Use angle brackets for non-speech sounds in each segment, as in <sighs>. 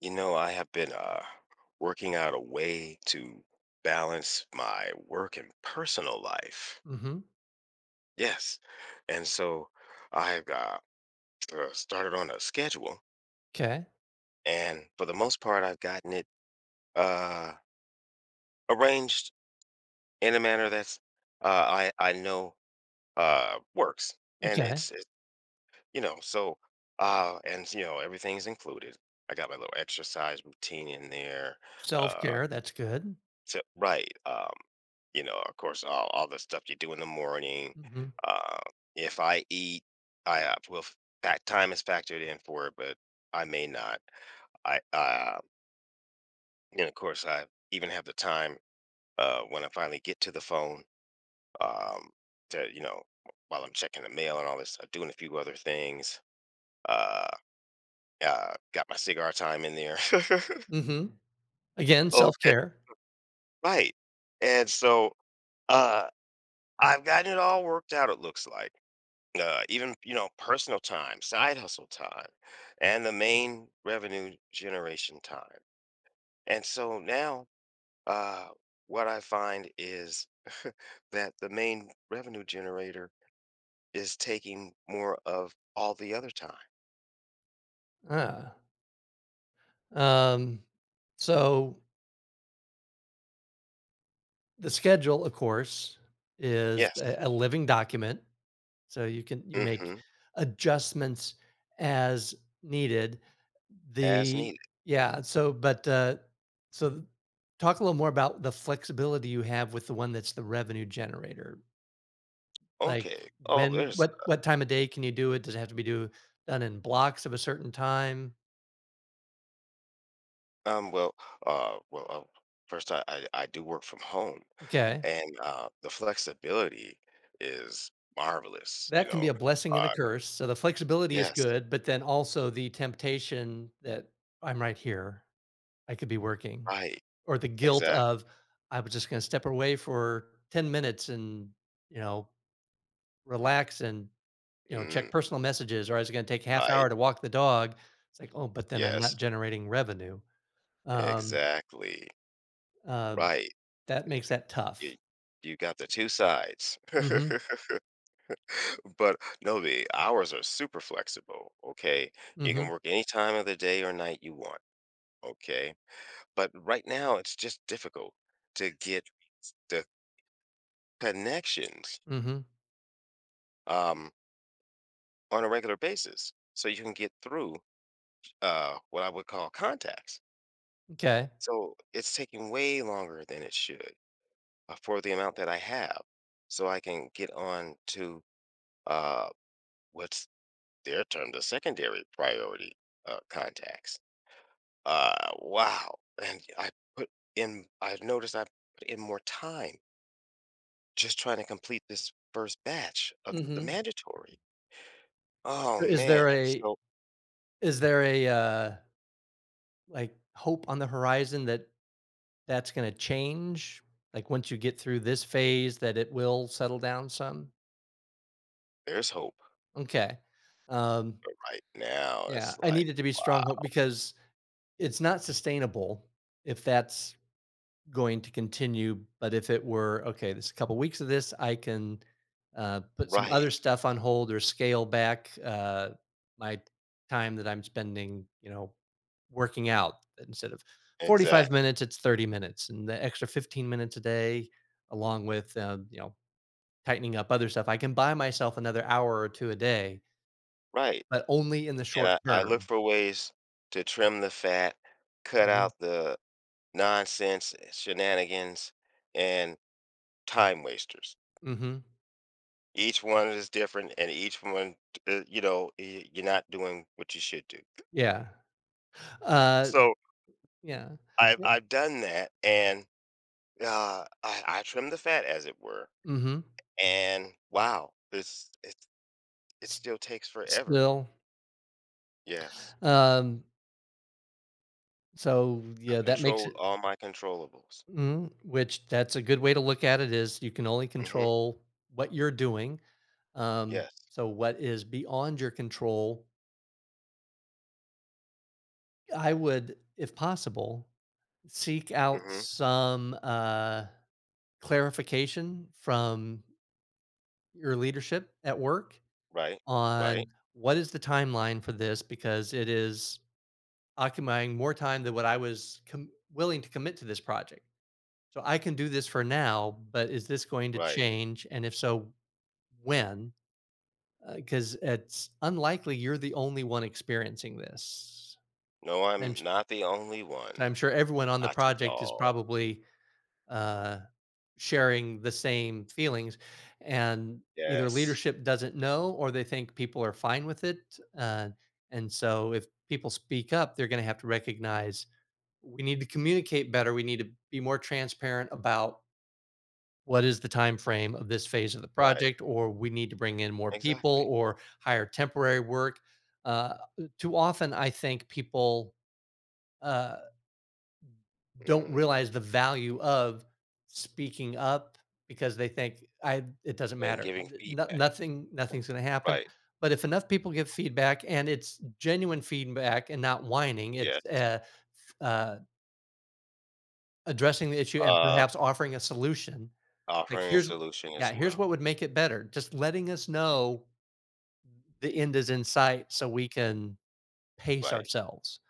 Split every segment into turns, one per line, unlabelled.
I have been working out a way to balance my work and personal life.
Mm-hmm.
Yes. And so I've started on a schedule.
Okay.
And for the most part, I've gotten it uh, arranged in a manner that's I know works. And
Okay.
it's, you know, so, and, you know, everything's included. I got my little exercise routine in there. Uh,
Self-care, that's good.
to right. Of course, all the stuff you do in the morning.
Mhm,
Uh, if I eat, I will that time is factored in for it, but I may not. I and of course, I even have the time when I finally get to the phone um, to you know while I'm checking the mail and all this, doing a few other things. Uh, got my cigar time in there. <laughs>
mhm. Again,
Okay,
self-care.
right. And so uh, I've gotten it all worked out. It looks like even you know personal time, side hustle time, and the main revenue generation time. And so now, uh, what I find is <laughs> that the main revenue generator is taking more of all the other time.
Ah, um, so the schedule, of course, is a
Yes.
a living document, so you make
Hmm,
adjustments as needed.
as
The
needed.
yeah, so but, so talk a little more about the flexibility you have with the one that's the revenue generator. Like,
Okay, oh
when
there's
what time of day can you do it? Does it have to be do done in blocks of a certain time?
um well uh well uh, first, I do work from home,
Okay.
and the flexibility is marvelous,
That can be a blessing and a
uh
curse. So the flexibility is
yes.
good, but then also the temptation that I'm right here. I could be working.
Right,
Or the guilt
exactly.
of I was just gonna step away for 10 minutes and, you know, relax and,
Mm,
check personal messages, or I was gonna take half
right,
hour to walk the dog. It's like, "Oh, but then I'm not
yes,
generating revenue." Um,
exactly,
uh,
right.
that makes that tough.
You you got the 2 sides.
Mhm,
<laughs> But, no, the hours are super flexible, okay? You can
mhm,
work any time of the day or night you want, okay? But right now, it's just difficult to get the connections,
mhm,
um, on a regular basis so you can get through, what I would call contacts.
m'kay,
So, it's taking way longer than it should. For the amount that I have, so I can get on to uh, what's their term, the secondary priority contacts. Wow! And I put in. I noticed I put in more time just trying to complete this first batch of the
mhm.
mandatory. Oh
So is
man! So
there a, like, hope on the horizon that that's gonna change? Like, once you get through this phase that it will settle down some?
there's hope
Okay. Um,
right now.
yeah,
It's
I
like
need it to be strong hope
wow.
because it's not sustainable if that's going to continue. But if it were, okay, there's a couple weeks of this, I can put some
Right.
other stuff on hold or scale back my time that I'm spending, you know, working out instead of 45
Exactly.
minutes, it's 30 minutes. And the extra 15 minutes a day, along with, you know, tightening up other stuff, I can buy myself another hour or two a day,
Right.
but only in the
And
short
I look
term.
for ways to trim the fat, cut
Mhm.
out the nonsense, eh, shenanigans, and time wasters.
Mhm.
Each one is different, and each one, you're not doing what you should do.
Yeah. Uh,
So
yeah.
I've
Eh,
I've done that, and I trim the fat, as it were.
Mm-hmm.
And wow, this it still takes forever.
Still.
Yes,
Um, so
I've
yeah, that makes
controlled
it
all my controllables.
mhm, which that's a good way to look at it is you can only
Hmm.
control what you're doing.
Yes.
So what is beyond your control, I would, if possible, seek out
Hmm.
some clarification from your leadership at work
Right. Right.
on what is the timeline for this because it is occupying more time than what I was willing to commit to this project. So I can do this for now, but is this going to
Right.
change? And if so, when? Because it's unlikely you're the only one experiencing this.
No,
I'm,
I'm
sh-
not the only one.
I'm sure everyone on the
Not at
project is
all.
probably uh, sharing the same feelings. And either
Yes.
leadership doesn't know or they think people are fine with it. Uh, and so if people speak up, they're going to have to recognize we need to communicate better. We need to be more transparent about what is the time frame of this phase of the
Right.
project, or we need to bring in more people
Exactly.
or hire temporary work. uh, Too often I think people uh, don't
Mm,
realize the value of speaking up because they think I it doesn't
and
matter.
giving feedback.
Nothing nothing's going to happen,
Right.
but if enough people give feedback and it's genuine feedback and not whining, it's
Yes.
addressing the issue and
Uh,
perhaps offering a solution. Like,
offering a
here's
solution
yeah,
as
here's what
well.
would make it better. Just letting us know the end is in sight so we can pace
Right.
ourselves.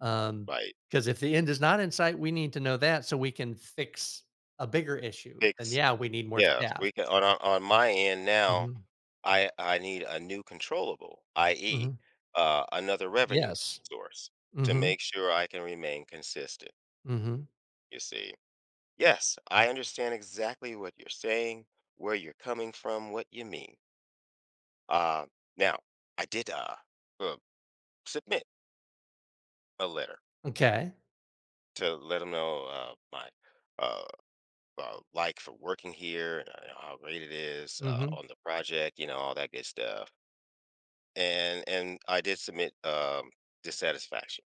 Um,
Right.
Because if the end is not in sight, we need to know that so we can fix a bigger issue. And
Fix.
yeah, we need more
Yes.
staff.
We can on my end now.
Mhm,
I need a new controllable, i.e.,
mhm.
another revenue
Yes.
source to
Mhm,
make sure I can remain consistent.
mhm.
You see. Yes, I understand exactly what you're saying, where you're coming from, what you mean. Uh, now I did uh submit a letter
Okay.
to let them know my uh, like for working here, and how great it is
Mhm,
on the project, you know, all that good stuff. And I did submit dissatisfaction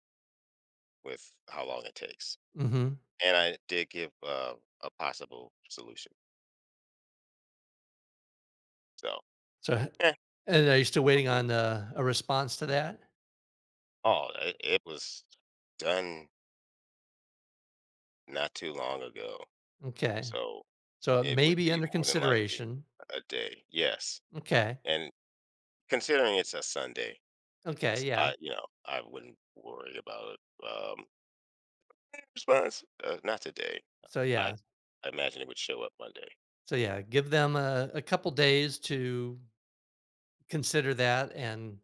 with how long it takes,
mhm.
and I did give a possible solution. So
So h
yeah,
And are you still
we'll
waiting
see.
on a response to that?
Oh, it was done not too long ago,
Okay.
so
So it
it
may
would
be
be
under
more than likely
consideration.
a day. Yes,
Okay.
and considering it's a Sunday.
Okay,
S
yeah.
I you know, I wouldn't worry about it. Um, response, not today."
So,
I
yeah.
I imagine it would show up Monday.
So yeah, give them a couple days to consider that and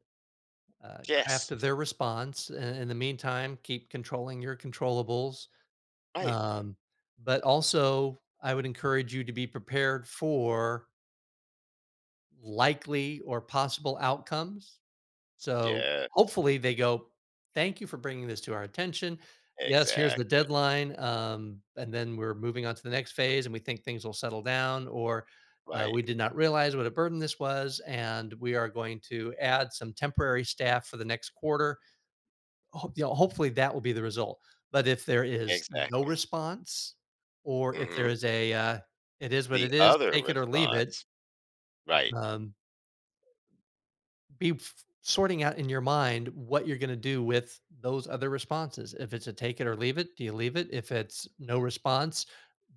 "Yes,
craft their response. In the meantime, keep controlling your controllables.
right.
Um, but also, I would encourage you to be prepared for likely or possible outcomes. So,
Yes,
hopefully, they go, "Thank you for bringing this to our attention. Yes, here's the
exactly.
deadline, and then we're moving on to the next phase, and we think things will settle down," or, "We
Right,
did not realize what a burden this was, and we are going to add some temporary staff for the next quarter." Ho You know, hopefully, that will be the result. But if there is no
exactly.
response, or if there
Mhm.
is a, "It is what it
The
is,
other
take it or leave it,"
response, right,
um be sorting out in your mind what you're going to do with those other responses. If it's a take it or leave it, do you leave it? If it's no response,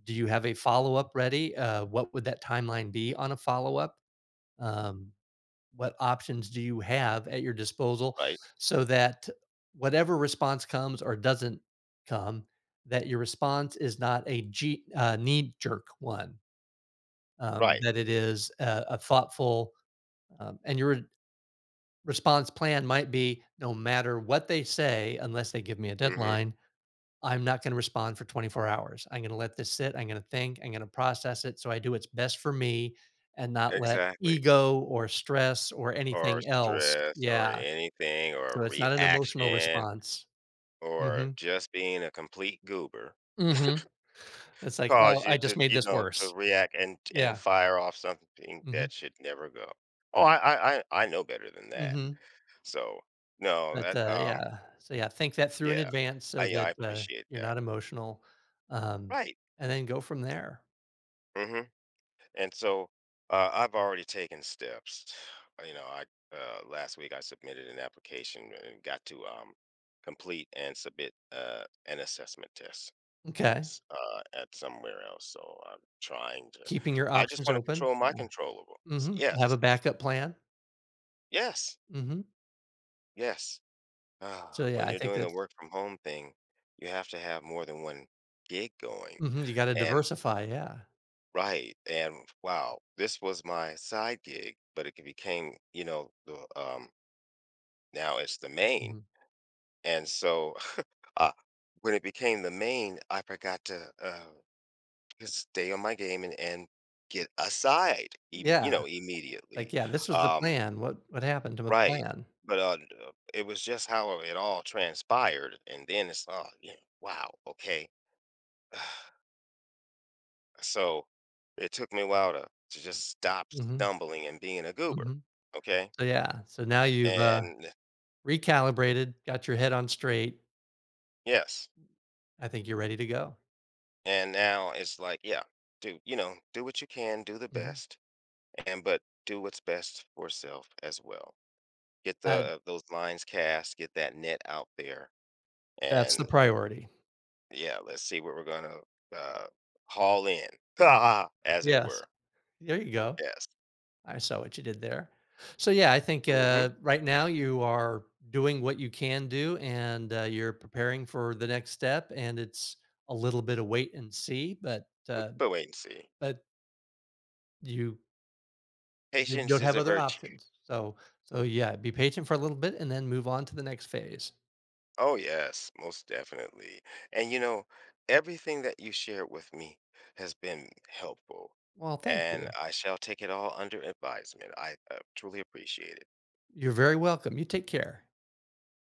do you have a follow up ready? What would that timeline be on a follow up? Um, what options do you have at your disposal
right,
so that whatever response comes or doesn't come, that your response is not a knee jerk one,
right.
that it is a thoughtful and you're response plan might be no matter what they say, unless they give me a
Mhm,
deadline, I'm not going to respond for 24 hours. I'm going to let this sit. I'm going to think. I'm going to process it. So I do what's best for me and not let
exactly.
ego or stress or
Or
anything else.
stress or
Yeah.
anything or
So it's not an emotional
reaction
response.
or
Hmm.
just being a complete goober.
Hmm. It's like, oh,
Cause you
I just
to,
made
you
this
know, to
worse.
react and
Yeah.
fire off something that
Hmm.
should never go. Oh, I know better than that.
Hmm.
So, no,
But
that,
yeah. So yeah, think that through in
yeah.
advance
I
so
Yeah, I
that
appreciate
you're
that.
not emotional. Um,
Right.
and then go from there.
Mhm. And so, I've already taken steps. <sighs> You know, I, last week I submitted an application and got to, complete and submit, an assessment test,
Okay.
s at somewhere else, so I'm trying to.
Keeping your
I just
options
wanna
open.
control my
Yeah.
controllables.
Mhm. Have
Yes.
a backup plan.
Yes,
Mhm.
yes. Ah,
So, yeah,
when
I
you're
think
doing the
that's
work from home thing, you have to have more than one gig going.
mhm, you gotta
And
diversify, yeah.
right, and wow, this was my side gig, but it became, you know, the now it's the main.
Mhm.
And so <sighs> <laughs> uh, when it became the main, I forgot to just stay on my game and get aside, you
Yeah.
know,
Like,
immediately.
yeah, this was the
Um,
plan. What happened to the
right,
plan?
but, d it was just how it all transpired, and then it's, "Oh, yeah, wow, okay." <sighs> So, it took me a while to just stop
Mhm,
stumbling and being a goober,
mhm.
okay?
So, yeah. So now you've,
And
recalibrated, got your head on straight.
yes,
I think you're ready to go.
and now it's like, yeah, do you know, do what you can, do the
Mhm.
best, and but do what's best for self as well. Get the
Uh,
those lines cast, get that net out there,
that's the
and
priority.
yeah, let's see what we're gonna, uh, haul in, <laughs> as it
Yes.
were.
There you go.
Yes.
I saw what you did there. So yeah, I think
Mhm,
right now you are doing what you can do, and you're preparing for the next step. And it's a little bit of wait and see, but
but wait and see.
but you
Patience
don't
is
have
a
other
virtue.
options. So so yeah, be patient for a little bit, and then move on to the next phase.
Oh, yes, most definitely, and, you know, everything that you shared with me has been helpful,
Well, thank
and
you.
I shall take it all under advisement. I, truly appreciate it.
You're very welcome. You take care.